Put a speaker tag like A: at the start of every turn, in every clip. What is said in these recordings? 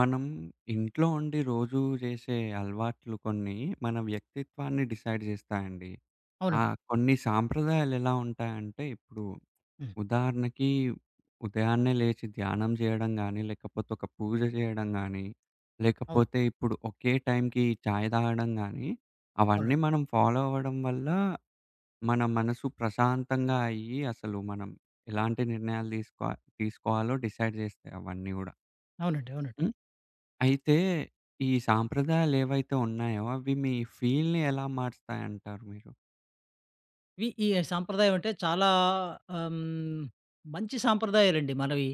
A: మనం ఇంట్లో ఉండి రోజూ చేసే అలవాట్లు కొన్ని మన వ్యక్తిత్వాన్ని డిసైడ్ చేస్తాయండి. ఆ!
B: అవునండి.
A: హ్మ్. కొన్ని సాంప్రదాయాలు ఎలా ఉంటాయంటే, ఇప్పుడు
B: హ్మ్.
A: ఉదాహరణకి ఉదయాన్నే లేచి ధ్యానం చేయడం గానీ, లేకపోతే ఒక పూజ చేయడం గానీ,
B: అవును.
A: లేకపోతే ఇప్పుడు ఒకే టైంకి చాయ్ తాగడం గానీ, అవన్నీ
B: అవునండి.
A: మనం ఫాలో అవ్వడం వల్ల మన మనసు ప్రశాంతంగా అయ్యి, అసలు మనం ఎలాంటి నిర్ణయాలు తీసుకోవాలో డిసైడ్ చేస్తాయి అవన్నీ గూడా.
B: అవునండి. అవునండి.
A: అయితే ఈ సాంప్రదాయాలేవైతే ఉన్నాయో, అవి మీ ఫీల్‌ని ఎలా మార్చుతాయంటారు మీరు?
B: ఈ సాంప్రదాయం అంటే చాలా ఆమ్, మంచి సాంప్రదాయాలండి మనవి.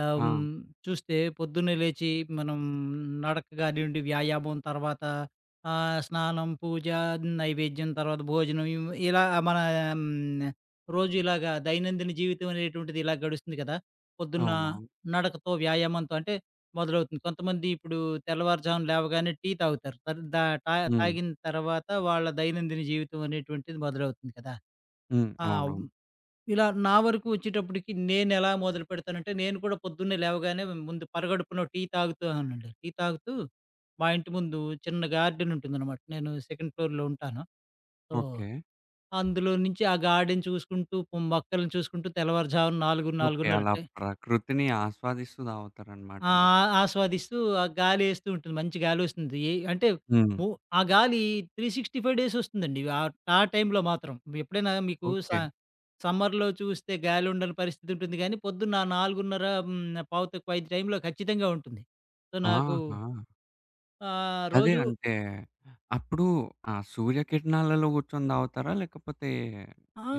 B: ఆహ్,
A: ఆ!
B: హ్మ్, చూస్తే పొద్దున్నే లేచి మనం నడక కానివ్వండి, వ్యాయామం తర్వాత స్నానం, పూజ, నైవేద్యం, తర్వాత భోజనం ఇలా మన రోజు ఇలాగ దైనందిన జీవితం అనేటువంటిది ఇలా గడుస్తుంది కదా! పొద్దున్న
A: అవునవును.
B: నడకతో, వ్యాయామంతో అంటే మొదలవుతుంది. కొంతమంది ఇప్పుడు తెల్లవారుజామున లేవగానే టీ తాగుతారు. తర్ దా టా
A: హ్మ్.
B: తాగిన తర్వాత వాళ్ళ దైనందిన జీవితం అనేటువంటిది మొదలవుతుంది కదా!
A: హ్మ్.
B: ఆ!
A: అవునవును.
B: హ్మ్. ఇలా నా వరకు వచ్చేటప్పటికి నేనెలా మొదలుపెడతానంటే, నేను కూడా పొద్దున్నే లేవగానే ముందు పరగడుపున టీ తాగుతానండి. టీ తాగుతూ మా ఇంటి ముందు చిన్న గార్డెన్ ఉంటుందనమాట. నేను సెకండ్ ఫ్లోర్‌లో ఉంటాను. So,
A: okay.
B: అందులో నుంచి ఆ గార్డెన్ చూసుకుంటూ, మొక్కలను చూసుకుంటూ తెల్లవారుజామున 4,
A: ఓకే.
B: 4:30
A: అలా ప్రకృతిని ఆస్వాదిస్తూ తాగుతారనమాట
B: ఆ!
A: మొత్తం.
B: ఆస్వాదిస్తూ ఆ గాలేస్తూ ఉంటుంది. మంచి గాలొస్తుంది. ఏ అంటే
A: హ్మ్.
B: ము ఆ గాలి 365 డేస్ వస్తుందండి. ఆ ఆ టైంలో మాత్రం. ఎప్పుడైనా మీకు
A: ఓకే.
B: సమ్మర్‌లో చూస్తే గాలుండని పరిస్థితి ఉంటుంది గానీ, పొద్దున్న 4:30 పావు తక్కువ 5 టైంలో ఖచ్చితంగా ఉంటుంది. సో, నాకు
A: ఆహా! అదే
B: రోజు
A: అంటే అప్పుడు ఆ సూర్యకిరణాలలో కూర్చొని తాగుతారా? లేకపోతే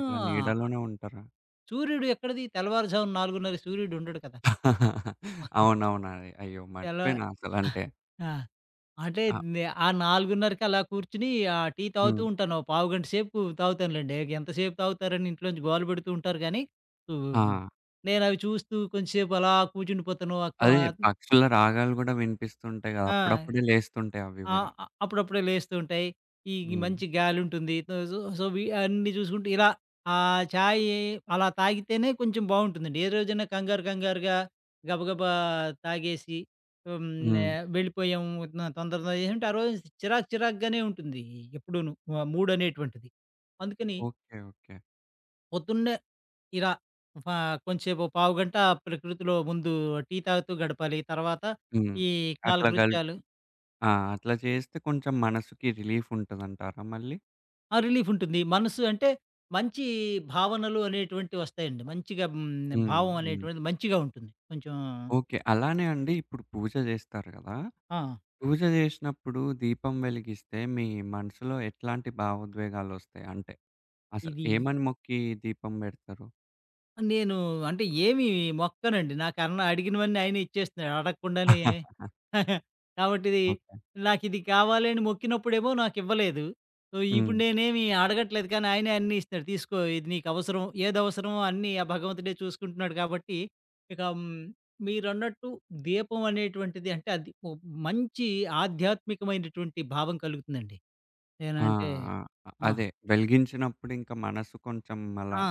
A: ఇట్లా నీడలోనే ఉంటారా?
B: సూర్యుడు ఎక్కడిది తెల్లవారుజామున 4:30 సూర్యుడు ఉండడు కదా!
A: అవునవునా! అయ్యో!
B: తెల్ల
A: మర్చిపోయినా అసలంటే.
B: ఆ! అంటే
A: ఆ!
B: ఆ 4:30కి అలా కూర్చొని ఆ టీ తాగుతూ
A: హ్మ్.
B: ఉంటాను. ఓ పావుగంట సేపు తాగుతానులెండి. ఎంతసేపు తాగుతారని ఇంట్లోంచి గోల పెడుతూ ఉంటారు కానీ,
A: ఆ!
B: హ్మ్. నేనవి చూస్తూ కొంచెం సేపు అలా కూర్చుండిపోతాను.
A: అదే పక్షుల రాగాలు గూడా వినిపిస్తుంటాయి గదా!
B: ఆ!
A: అప్పుడప్పుడే లేస్తుంటాయి అవి
B: ఆ!
A: గూడా.
B: అప్పుడప్పుడే లేస్తూ ఉంటాయి. ఈ ఈ
A: హ్మ్.
B: మంచి గాలుంటుంది. సో, అన్నీ చూసుకుంటూ ఇలా ఆ చాయి అలా తాగితేనే కొంచెం బావుంటుందండి. ఏ రోజైనా కంగారు కంగారుగా గబగబా తాగేసి హ్మ్.
A: హ్మ్.
B: వెళ్ళిపోయాము తొందర తొందర చేసింటే ఆ రోజు చిరాకు చిరాకుగానే ఉంటుంది ఎప్పుడూను. మూడనేటువంటిది. అందుకని
A: ఓకే. ఓకే.
B: పొద్దున్నే ఇలా ప కొంచెంసేపు పావుగంట ప్రకృతిలో ముందు టీ తాగుతూ గడపాలి. తర్వాత
A: హ్మ్.
B: ఈ
A: అట్లా గల్
B: కాలకృత్యాలు.
A: ఆ! అట్లా చేస్తే కొంచెం మనసుకి రిలీఫ్ ఉంటదంటారా మళ్ళీ?
B: ఆ! రిలీఫుంటుంది. మనసు అంటే మంచి భావనలు అనేటువంటివొస్తాయండి. మంచిగా హ్మ్.
A: హ్మ్.
B: భావం
A: హ్మ్.
B: అనేటువంటిది మంచిగా ఉంటుంది. కొంచెం.
A: ఓకే. అలానే అండి ఇప్పుడు పూజ జేస్తారు గదా!
B: ఆ!
A: పూజ జేసినప్పుడు దీపం వెలిగిస్తే మీ మనసులో ఎట్లాంటి భావోద్వేగాలొస్తాయి? అంటే అసలు
B: ఇది
A: ఏమని మొక్కి దీపం బెడతారు?
B: నేను అంటే ఏమి మొక్కనండి. నాకన్న అడిగినవన్నీ ఆయనే ఇచ్చేస్తున్నాడు. అడగకుండానే. కాబట్టిది
A: ఓకే.
B: నాకిది కావాలి అని మొక్కినప్పుడేమో నాకివ్వలేదు. సో,
A: హ్మ్.
B: ఇప్పుడు నేనేమి అడగట్లేదు కానీ ఆయనే అన్నీ ఇస్తున్నాడు. తీసుకో ఇది నీకవసరం. ఏదవసరమో అన్నీ ఆ భగవంతుడే చూసుకుంటున్నాడు కాబట్టి, ఇక మీరన్నట్టు దీపం అనేటువంటిది అంటే అది ఓ మంచి ఆధ్యాత్మికమైనటువంటి భావం కలుగుతుందండి.
A: ఆ!
B: ఏనంటే
A: ఆ! అ
B: ఆ!
A: అదే. వెలిగించినప్పుడు ఇంక మనసు కొంచెం అలా
B: ఆ!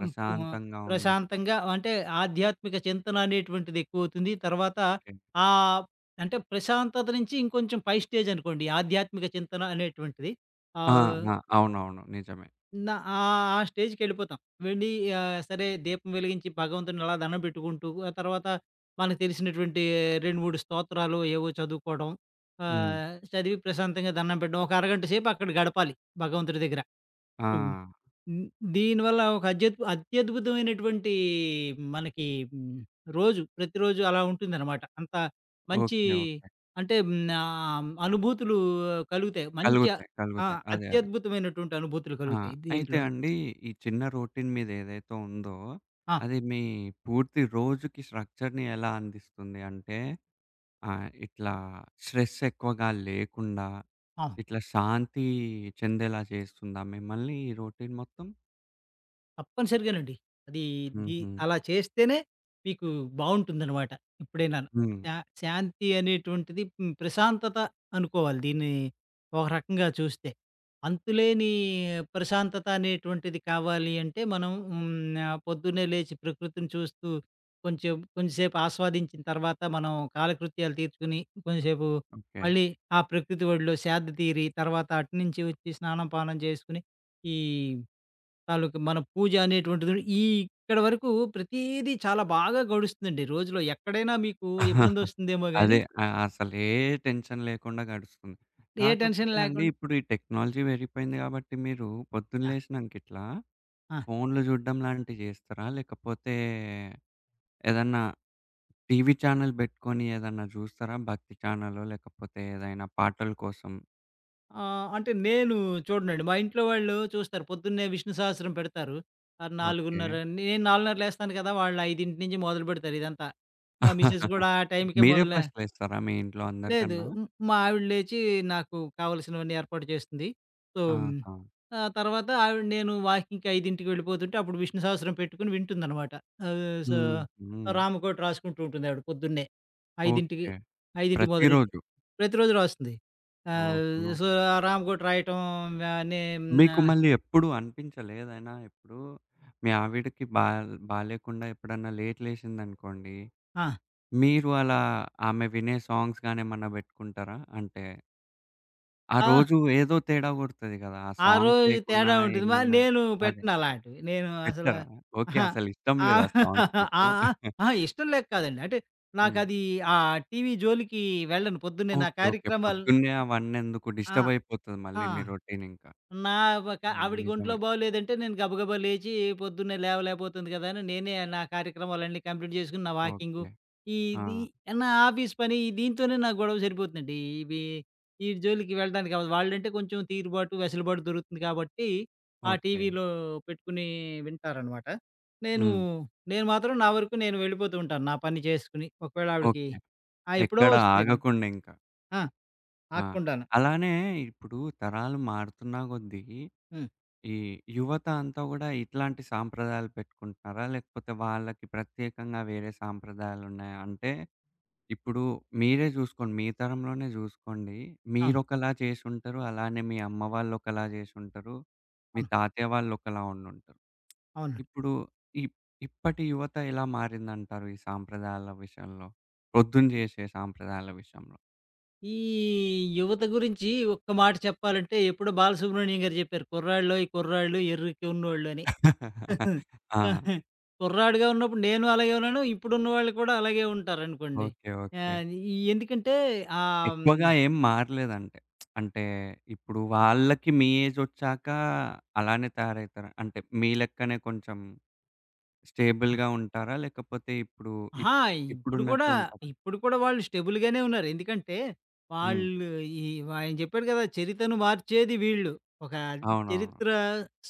B: హ్మ్. ఆహ్,
A: ఉన్నట్టు.
B: ప్రశాంతంగా అంటే ఆధ్యాత్మిక చింతన అనేటువంటిది ఎక్కువవుతుంది. తర్వాత
A: ఓకే.
B: ఆహ్, అంటే ప్రశాంతత నుంచి ఇంకొంచెం పై స్టేజ్ అనుకోండి. ఆధ్యాత్మిక చింతన అనేటువంటిది.
A: ఆ!
B: ఆహ్,
A: ఆ! అవునవును. నిజమే.
B: ఆ స్టేజ్‌కెళ్ళిపోతాం. వెళ్ళి సరే దీపం వెలిగించి భగవంతుడిని అలా దండం పెట్టుకుంటూ, ఆ తర్వాత మనకు తెలిసినటువంటి 2, 3 స్తోత్రాలు ఏవో చదువుకోవడం.
A: హ్మ్.
B: చదివి ప్రశాంతంగా దండం పెట్టడం. ఒక అరగంట సేపు అక్కడ గడపాలి భగవంతుడి దగ్గర.
A: ఆ!
B: హ్మ్. హ్మ్. దీనివల్ల ఒక అత్యద్భుతమైనటువంటి మనకి హ్మ్, రోజు ప్రతిరోజు అలా ఉంటుందనమాట. అంత మంచి
A: ఓకే. ఓకే.
B: అంటే అనుభూతులు కలుగుతాయి. మంచి
A: కలుగుతాయి.
B: ఆ!
A: కలుగుతాయి. అదే. అదే.
B: అత్యద్భుతమైనటువంటి అనుభూతులు
A: ఆ!
B: కలుగుతాయి
A: అయితే
B: దీంట్లో.
A: అండి ఈ చిన్న రొటీన్ మీదేదైతే ఉందో,
B: ఆ!
A: అది మీ పూర్తి రోజుకి స్ట్రక్చర్‌ని ఎలా అందిస్తుంది? అంటే ఆహ్, ఇట్లా స్ట్రెస్ ఎక్కువగా లేకుండా,
B: ఆ!
A: ఇట్లా శాంతి చెందేలా చేస్తుందా మిమ్మల్ని ఈ రొటీన్ మొత్తం?
B: తప్పనిసరిగానండి. అది ది
A: హుహు.
B: అలా చేస్తేనే మీకు బావుంటుందనమాట ఎప్పుడైనాను.
A: హ్మ్.
B: శా శాంతి అనేటువంటిది ప్రశాంతత అనుకోవాలి దీన్ని ఒక రకంగా చూస్తే. అంతులేని ప్రశాంతత అనేటువంటిది కావాలి అంటే మనం పొద్దున్నే లేచి ప్రకృతిని చూస్తూ కొంచెం కొంచెంసేపు ఆస్వాదించిన తర్వాత మనం కాలకృత్యాలు తీర్చుకుని కొంచెంసేపు
A: ఓకే.
B: మళ్ళీ ఆ ప్రకృతి ఒడిలో సేద తీరి తర్వాత అటునుంచి వచ్చి స్నానం, పానం చేసుకొని ఈ తాలూకు మన పూజ అనేటువంటిది ఈ ఇక్కడ వరకు ప్రతీదీ చాలా బాగా గడుస్తుందండి. రోజులో ఎక్కడైనా మీకు ఇబ్బందొస్తుందేమో గానీ,
A: అదే. ఆ! అసలే టెన్షన్ లేకుండా గడుస్తుంది.
B: ఏ టెన్షన్
A: కాకపోతే అండి
B: లేకుండా.
A: ఇప్పుడు ఈ టెక్నాలజీ పెరిగిపోయింది కాబట్టి మీరు పొద్దున్న
B: ఆ!
A: లేసినంక ఇట్లా
B: ఆ!
A: ఫోన్‌లు చూడడం లాంటివి చేస్తారా? లేకపోతే ఏదన్నా టీవీ ఛానల్ పెట్టుకొని ఏదన్నా చూస్తారా? భక్తి ఛానలో లేకపోతే ఏదైనా పాటల కోసం?
B: అంటే నేను చూడనండి. మా ఇంట్లో వాళ్ళు చూస్తారు. పొద్దున్నే విష్ణు సహస్రం పెడతారు.
A: ఓకే.
B: 4:30 నేను 4:30 లేస్తాను కదా! వాళ్ళు 5 నుంచి మొదలుపెడతారు ఇదంతా. మా మిసెస్ గూడా ఆ టైంకే
A: మీరే ఫస్ట్ లేస్తారా మీ ఇంట్లో
B: లేదు.
A: అందరికన్నా?
B: హ్మ్. మా ఆవిడ లేచి నాకు కావాల్సినవన్నీ ఏర్పాటు చేస్తుంది. సో, మ్,
A: ఆహా!
B: ఆ తర్వాత ఆవిడ నేను వాకింగ్‌కి 5కి వెళ్ళిపోతుంటే అప్పుడు విష్ణు సహస్రం పెట్టుకొని వింటుందనమాట. సో,
A: హుహు.
B: రామకోటి రాసుకుంటూ ఉంటుంది ఆవిడ పొద్దున్నే. 5కి
A: ఓకే.
B: 5 మొదలెట్టి
A: ప్రతిరోజు.
B: ప్రతిరోజు రాస్తుంది. ఆహ్,
A: ఓహో!
B: సో, రామకోటి రాయటం ఆ, నే
A: మీకు
B: హ్మ్.
A: మళ్ళీ ఎప్పుడు అనిపించలేదైనా ఎప్పుడు మీ ఆవిడకి బాలేకుండా ఎప్పుడన్నా లేట్ లేసిందనుకోండి,
B: ఆ!
A: మీరు అలా ఆమె వినే సాంగ్స్ గాని ఏమన్నా పెట్టుకుంటారా? అంటే ఆ
B: ఆ!
A: రోజు ఏదో తేడా కొడతది కదా! ఆ
B: ఆ
A: సాంగ్స్
B: రోజు
A: లేకున్నా
B: తేడా ఉంటుంది. మరి
A: ఏమన్నా
B: నేను
A: అదే
B: పెట్టనలాంటివి. నేను అసల
A: పెట్టరా? ఓకే.
B: అహా!
A: అసలు ఇష్టం లేదా
B: ఆహ్,
A: సాంగ్స్
B: ఆ!
A: మీకు?
B: ఆ! అహా! ఇష్టం లేక కాదండి. అంటే
A: హ్మ్.
B: నాకది ఆ టీవీ జోలికి వెళ్ళను. పొద్దున్నే నా
A: ఓకే. ఓకే.
B: కార్యక్రమాలు.
A: పొద్దున్నే అవన్నీ ఎందుకు
B: ఆ!
A: డిస్టర్బ్ అయిపోతది
B: ఆ!
A: మళ్ళీ మీ రొటీన్ ఇంకా.
B: నా ఒక
A: హ్మ్.
B: ఆవిడకి ఒంట్లో
A: నిజమే.
B: బాగోలేదంటే నేను గబగబా లేచి పొద్దున్నే లేవలేకపోతుంది కదా అని నేనే నా కార్యక్రమాలన్నీ కంప్లీట్ చేసుకుని నా
A: ఓకే.
B: వాకింగు. ఈ
A: ఆ!
B: ఇది నా ఆఫీస్ పని దీంతోనే నాకు గొడవ సరిపోతుందండి. ఈ జోలికి వెళ్ళడానికి అవ్వదు. వాళ్ళంటే కొంచెం తీరుబాటు, వెసులుబాటు దొరుకుతుంది కాబట్టి ఆ
A: ఓకే.
B: టీవీలో పెట్టుకుని వింటారనమాట. నేను
A: హ్మ్.
B: నేను మాత్రం నా వరకు నేను వెళ్ళిపోతూ ఉంటాను. నా పని చేసుకుని. ఒకవేళ ఆవిడకి
A: ఓకే.
B: ఆ! ఎప్పుడో
A: ఎక్కడ
B: వస్తుంది.
A: ఆగకుండా ఇంక.
B: ఆ!
A: ఆ!
B: ఆగకుండాను.
A: అలానే ఇప్పుడు తరాలు మారుతున్న కొద్దీ,
B: హ్మ్.
A: ఈ యువత అంతా గూడా ఇట్లాంటి సాంప్రదాయాలు పెట్టుకుంటున్నారా? లేకపోతే వాళ్ళకి ప్రత్యేకంగా వేరే సాంప్రదాయాలున్నాయా? అంటే ఇప్పుడు మీరే జూసుకోండి. మీ తరంలోనే జూసుకోండి.
B: ఆ!
A: మీరొకలా చేసుంటరు. అలానే మీ అమ్మ వాళ్ళొకలా చేసుంటరు. మీ
B: అవును.
A: తాతయ్య వాళ్ళొకలా ఉండుంటరు.
B: అవును.
A: ఇప్పుడు ఇప్ ఇప్పటి యువత ఎలా మారిందంటారు ఈ సాంప్రదాయాల విషయంలో? పొద్దున జేసే సాంప్రదాయాల విషయంలో?
B: ఈ యువత గురించి ఒక్క మాట చెప్పాలంటే, ఎప్పుడో బాలసుబ్రహ్మణ్యం గారు చెప్పారు. "కుర్రాళ్ళోయ్! కుర్రాళ్ళు ఎర్రికి ఉన్నోళ్ళు" అని.
A: ఆ!
B: కుర్రాడిగా ఉన్నప్పుడు నేను అలాగే ఉన్నాను. ఇప్పుడున్న వాళ్ళు కూడా అలాగే ఉంటారనుకోండి.
A: ఓకే. ఓకే.
B: ఆహ్, ఎందుకంటే ఆహ్, హ్మ్.
A: ఎక్కువగా ఏం మారలేదంటే. అంటే ఇప్పుడు వాళ్ళకి మీ ఏజొచ్చాక అలానే తయారవుతారా? అంటే మీ లెక్కనే కొంచెం స్టేబుల్‌గా ఉంటారా? లేకపోతే ఇప్పుడు ఇప్
B: అహా! ఇప్పుడు కూడా,
A: ఇప్పుడున్నట్టు ఉంటారా?
B: ఇప్పుడు కూడా వాళ్ళు స్టెబుల్‌గానే ఉన్నారు. ఎందుకంటే,
A: హ్మ్.
B: వాళ్ళు ఈ ఆయన చెప్పాడు కదా! చరిత్రను మార్చేది వీళ్ళు. ఒక
A: అవునవును.
B: చరిత్ర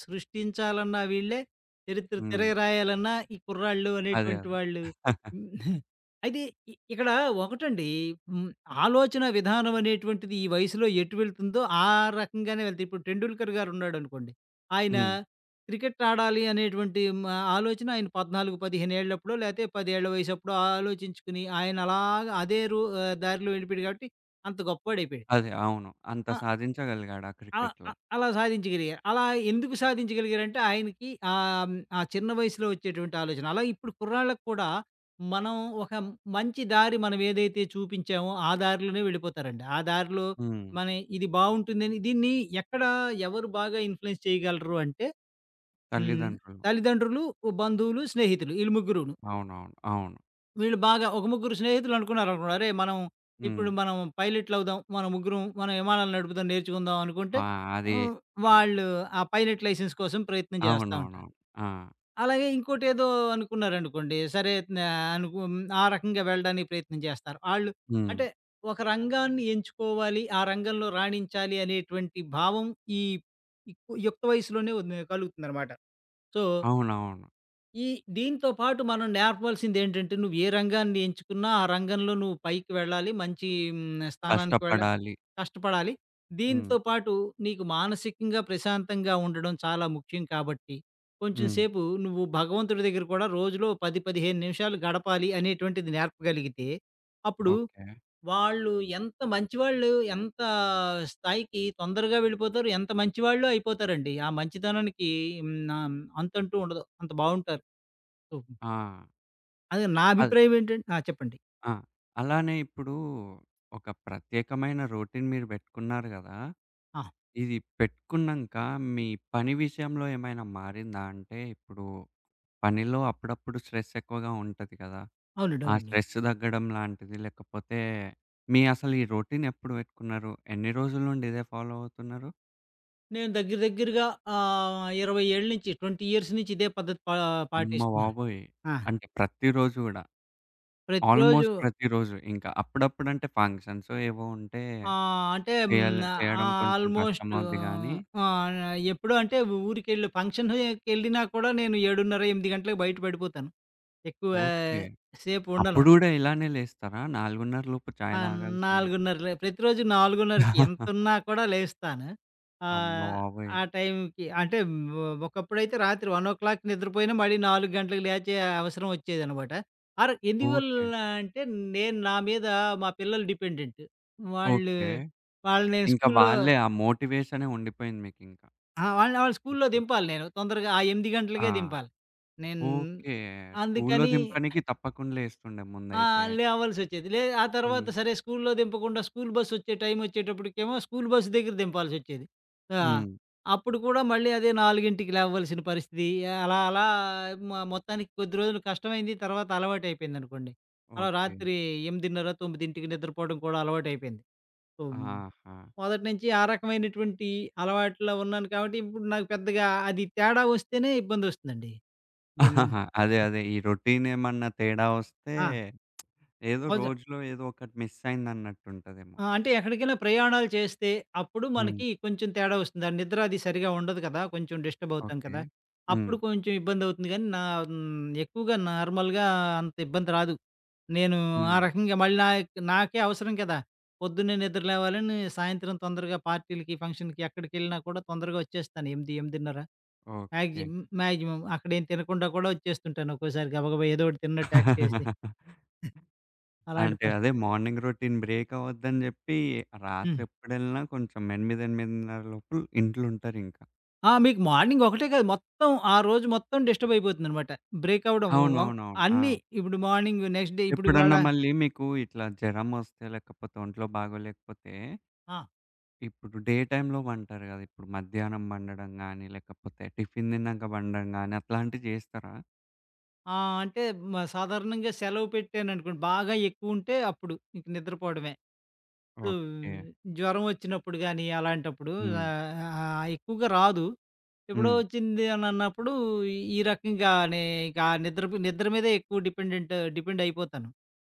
B: సృష్టించాలన్నా వీళ్ళే, చరిత్ర
A: హ్మ్.
B: తిరగరాయాలన్నా ఈ కుర్రాళ్ళు
A: అదే.
B: అనేటువంటి
A: అదే.
B: వాళ్ళు. హ్మ్. అయితే ఇక్కడ ఒకటండి హ్మ్, ఆలోచన విధానం అనేటువంటిది ఈ వయసులో ఎటు వెళ్తుందో ఆ రకంగానే వెళ్తది. ఇప్పుడు 'టెండూల్కర్' గారున్నాడనుకోండి. ఆయన
A: హ్మ్.
B: క్రికెట్ ఆడాలి అనేటువంటి ఆలోచన ఆయన 14, 15 ఏళ్ళప్పుడో లేతే 10 ఏళ్ల వయసప్పుడో ఆలోచించుకుని ఆయన అలాగా అదే దారిలో వెళ్ళిపోయాడు కాబట్టి అంత గొప్పోడైపోయాడు.
A: అదే. అవును. అంత
B: ఆహ్,
A: సాధించగలిగాడు ఆ
B: అలా
A: క్రికెట్‌లో.
B: అలా సాధించగలిగారు. అలా ఎందుకు సాధించగలిగారంటే ఆయనకి ఆ చిన్న వయసులో వచ్చేటువంటి ఆలోచన. అలా ఇప్పుడు కుర్రాళ్ళకి కూడా మనం ఒక మంచి దారి మనం ఏదైతే చూపించామో ఆ దారిలోనే వెళ్ళిపోతారండి. ఆ దారిలో
A: హ్మ్.
B: మన ఇది బావుంటుందని దీన్ని ఎక్కడ ఎవరు బాగా ఇన్‌ఫ్లూయెన్స్ చేయగలరు అంటే హ్మ్.
A: తల్లిదండ్రులు.
B: తల్లిదండ్రులు, బంధువులు, స్నేహితులు ఈళ్ళు ముగ్గురును.
A: అవునవును. అవును.
B: వీళ్ళు బాగా ఒక ముగ్గురు స్నేహితులు అనుకున్నారనుకోండి. అరే!
A: హ్మ్.
B: ఇప్పుడు మనం పైలట్‌లవుదాం. మన ముగ్గురం మనం విమానాలు నడుపుదాం నేర్చుకుందాం అనుకుంటే
A: ఆ! అది
B: హ్మ్.
A: ఆ!
B: వాళ్ళు ఆ పైలట్ లైసెన్స్ కోసం ప్రయత్నం చేస్తా ఉంటారు.
A: అవునవునవును. ఆ!
B: అలాగే ఇంకోటేదో అనుకున్నారనుకోండి. సరే న అనుకు ఆ రకంగా వెళ్ళడానికి ప్రయత్నం చేస్తారు. ఆళ్ళు
A: హ్మ్.
B: అంటే ఒక రంగాన్ని ఎంచుకోవాలి. ఆ రంగంలో రాణించాలి అనేటువంటి భావం ఈ ఈ యుక్త వయసులోనే కలుగుతుందనమాట. సో
A: అవునవును.
B: ఈ దీంతో పాటు మనం నేర్పాల్సిందేంటంటే, నువ్వు ఏ రంగాన్ని ఎంచుకున్నా, ఆ రంగంలో నువ్వు పైకి వెళ్ళాలి. మంచి స్థానానికి వెళ్ళాలి.
A: కష్టపడాలి.
B: కష్టపడాలి.
A: హ్మ్.
B: దీంతో పాటు నీకు మానసికంగా ప్రశాంతంగా ఉండడం చాలా ముఖ్యం కాబట్టి, కొంచెం
A: హ్మ్.
B: సేపు నువ్వు భగవంతుడి దగ్గర కూడా రోజులో 10, 15 నిమిషాలు గడపాలి అనేటువంటిది నేర్పగలిగితే, అప్పుడు
A: ఓకే.
B: వాళ్ళు ఎంత మంచివాళ్ళు, ఎంత స్థాయికి తొందరగా వెళ్ళిపోతారు, ఎంత మంచివాళ్ళు అయిపోతారండి. ఆ మంచితనానికి హ్మ్, ఆహ్, అంతంటూ ఉండదు. అంత బావుంటారు. సూప్
A: ఆ!
B: అదే నా
A: అద్
B: అభిప్రాయం ఏంటంటే. ఆ! చెప్పండి.
A: ఆ! అలానే ఇప్పుడు ఒక ప్రత్యేకమైన రొటీన్ మీరు పెట్టుకున్నారు గదా!
B: ఆ!
A: ఇది పెట్టుకున్నంక మీ పని విషయంలో ఏమైనా మారిందా? అంటే ఇప్పుడు పనిలో అప్పుడప్పుడు స్ట్రెస్ ఎక్కువగా ఉంటది కదా!
B: అవునండి.
A: ఆ
B: అవునండి.
A: స్ట్రెస్ తగ్గడం లాంటిది లేకపోతే మీ అసలు ఈ రొటీన్ ఎప్పుడు పెట్టుకున్నారు? ఎన్ని రోజుల నుండి ఇదే ఫాలో అవుతున్నారు?
B: నేను దగ్గర దగ్గరగా 20 ఏళ్ల నుంచి 20 ఇయర్స్ నుంచి ఇదే పద్ధతి
A: అమ్మ
B: పాటిస్తున్నాను.
A: బాబోయ్!
B: ఆ!
A: అంటే ప్రతిరోజు గూడా
B: ప్రతిరోజు
A: ఆల్మోస్ట్ ప్రతిరోజు ఇంకా అప్పుడప్పుడంటే ఫంక్షన్సో ఏవో ఉంటే
B: ఆహ్, అంటే హ్మ్. ఆహ్,
A: చేయడం కొంచెం
B: ఆల్‌మోస్ట్
A: కష్టమవుద్ది గానీ
B: ఆహ్, ఎప్పుడూ అంటే ఊరికెళ్ళి ఫంక్షన్‌కెళ్ళినా కూడా నేను 7:30, 8 గంటలకు బయట పడిపోతాను. ఎక్కువ
A: ఓకే.
B: సేపు ఉండను.
A: అప్పుడు గూడా ఇలానే లేస్తారా? 4:30 లోపు
B: ఆ!
A: చాయ్ తాగాల్సిందే.
B: 4:30 లే ప్రతిరోజు 4:30కి ఎంతున్నా కూడా లేస్తాను.
A: అమ్మ
B: ఆహ్,
A: బాబోయ్!
B: ఆ టైంకి అంటే ఒకప్పుడైతే రాత్రి 1:00కి నిద్రపోయినా మళ్ళీ 4 గంటలకు లేచే అవసరం వచ్చేదనమాట. ఎందువల్ల
A: ఓకే.
B: అంటే నా మీద మా పిల్లలు డిపెండెంట్. వాళ్ళు
A: ఓకే.
B: వాళ్ళు నేను
A: ఇంక
B: స్కూల్లో.
A: వాళ్ళే ఆ మోటివేషనే ఉండిపోయింది మీకింక
B: ఆ! వాళ్ళని వాళ్ళని స్కూల్లో
A: ఇప్పుడు.
B: దింపాలి నేను. తొందరగా ఆ 8 గంటలకే
A: ఆ!
B: దింపాలి. నేను
A: ఓకే. స్కూల్లో
B: అందుకని
A: దింపడానికి తప్పకుండా లేస్తుండే
B: ఆ!
A: ముందైతే.
B: లేవాల్సొచ్చేది. ఆ తర్వాత
A: హ్మ్.
B: సరే స్కూల్లో దింపకుండా స్కూల్ బస్సొచ్చే టైమొచ్చేటప్పటికేమో స్కూల్ బస్ దగ్గర దింపాల్సొచ్చేది. ఆ!
A: హ్మ్.
B: అప్పుడు కూడా మళ్ళీ అదే 4కి లేవవలసిన పరిస్థితి. అలా అలా మొత్తానికి కొద్ది రోజులు కష్టమైంది. తర్వాత అలవాటయిపోయిందనుకోండి. అలా
A: ఓకే.
B: రాత్రి 8:30, 9కి నిద్రపోవడం కూడా అలవాటయిపోయింది. హ్మ్.
A: ఆహా!
B: మొదటి నుంచి ఆ రకమైనటువంటి అలవాట్లో ఉన్నాను కాబట్టి ఇప్పుడు నాకు పెద్దగా అది తేడా వస్తేనే ఇబ్బందొస్తుందండి. మిగిలిన
A: అదే. అదే. ఈ రొటీన్ ఏమన్నా తేడా వస్తే
B: ఆ!
A: ఏదో
B: మొద
A: రోజులో ఏదో ఒకటి మిస్ అయిందన్నట్టుంటదేమో.
B: ఆ! అంటే ఎక్కడికైనా ప్రయాణాలు చేస్తే అప్పుడు
A: హ్మ్.
B: మనకి కొంచెం తేడా వస్తుంది. ఆ నిద్ర అది సరిగా ఉండదు కదా! కొంచెం డిస్టర్బ్ అవుతాం
A: ఓకే.
B: కదా!
A: హ్మ్.
B: అప్పుడు కొంచెం ఇబ్బందవుతుంది గానీ నా హ్మ్. ఎక్కువగా నార్మల్‌గా అంత ఇబ్బంది రాదు. నేను ఆ
A: హ్మ్.
B: రకంగా మళ్ళీ నాకే అవసరం కదా! పొద్దున్నే నిద్ర లేవాలని సాయంత్రం తొందరగా పార్టీలకి, ఫంక్షన్‌కి ఎక్కడికెళ్ళినా కూడా తొందరగా వచ్చేస్తాను. 8, 8:30
A: ఓకే.
B: మాక్సిమం మాక్సిమం అక్కడేం తినకుండా కూడా వచ్చేస్తుంటాను. ఒక్కోసారి గబగబా ఏదో ఒకటి తిన్నట్టు యాక్ట్ చేసి అలాంటి
A: అంటే
B: పరి
A: అదే మార్నింగ్ రొటీన్ బ్రేక్ అవ్వద్దని జెప్పి రాత్రి
B: హ్మ్.
A: ఎప్పుడెళ్ళినా కొంచెం 8, 8:30 లోపు ఇంట్లుంటారింకా.
B: ఆ! మీకు మార్నింగ్ ఒకటే కాదు. మొత్తం ఆ రోజు మొత్తం డిస్టర్బ్ అయిపోతుందనమాట. బ్రేక్ అవ్వడం వ
A: అవునవునవును. ఆ!
B: అన్నీ ఇప్పుడు మార్నింగ్ నెక్స్ట్ డే ఇప్పుడు ఇవాళ.
A: ఎప్పుడన్నా మళ్ళీ మీకు ఇట్లా జరమొస్తే లేకపోతే ఒంట్లో బాగోలేకపోతే
B: ఆ!
A: ఇప్పుడు డే టైమ్‌లో పంటారు గదా! ఇప్పుడు మధ్యాహ్నం పండడం గానీ, లేకపోతే టిఫిన్ తిన్నాక పండడం గానీ అట్లాంటివి చేస్తారా?
B: ఆ! అంటే సాధారణంగా సెలవు పెట్టాననుకోండి బాగా ఎక్కువుంటే అప్పుడు ఇంక నిద్రపోవడమే. So,
A: okay.
B: జ్వరం వచ్చినప్పుడు గానీ అలాంటప్పుడు
A: హ్మ్.
B: ఆహ్, ఆహ్, ఎక్కువగా రాదు. ఎప్పుడో
A: హ్మ్.
B: వచ్చింది అని అన్నప్పుడు ఈ రకంగానే ఇక నిద్ర నిద్ర మీదే ఎక్కువ డిపెండ్ అయిపోతాను.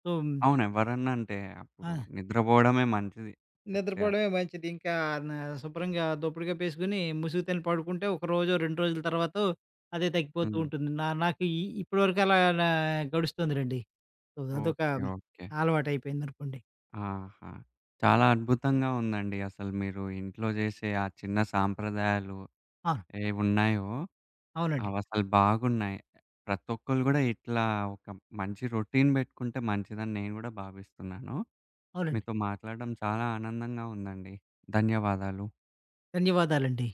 B: సో
A: అవును. ఎవరన్నా అంటే
B: ఆ!
A: అప్పుడు నిద్రపోవడమే మంచిది చెప్తే.
B: నిద్రపోవడమే మంచిది. ఇంకా న శుభ్రంగా దుప్పటి కప్పేసుకొని ముసుగుతోని పడుకుంటే ఒక రోజో, 2 రోజుల తర్వాతో అదే తగ్గిపోతూ
A: హ్మ్.
B: ఉంటుంది. నాకు ఈ ఇప్పటివరకు అలా నా గడుస్తుంది లెండి. సో, అదొక
A: ఓకే. ఓకే.
B: అలవాటయిపోయిందనుకోండి.
A: ఆహా! చాలా అద్భుతంగా ఉందండి. అసలు మీరు ఇంట్లో చేసే ఆ చిన్న సాంప్రదాయాలు
B: అవును.
A: ఏవున్నాయో
B: అవునండి.
A: అవసలు బాగున్నాయి. ప్రతి ఒక్కళ్ళు గూడా ఇట్లా ఒక మంచి రొటీన్ పెట్టుకుంటే మంచిదని నేను గూడా భావిస్తున్నాను.
B: అవునండి.
A: మీతో మాట్లాడడం చాలా ఆనందంగా ఉందండి. ధన్యవాదాలు.
B: ధన్యవాదాలండి.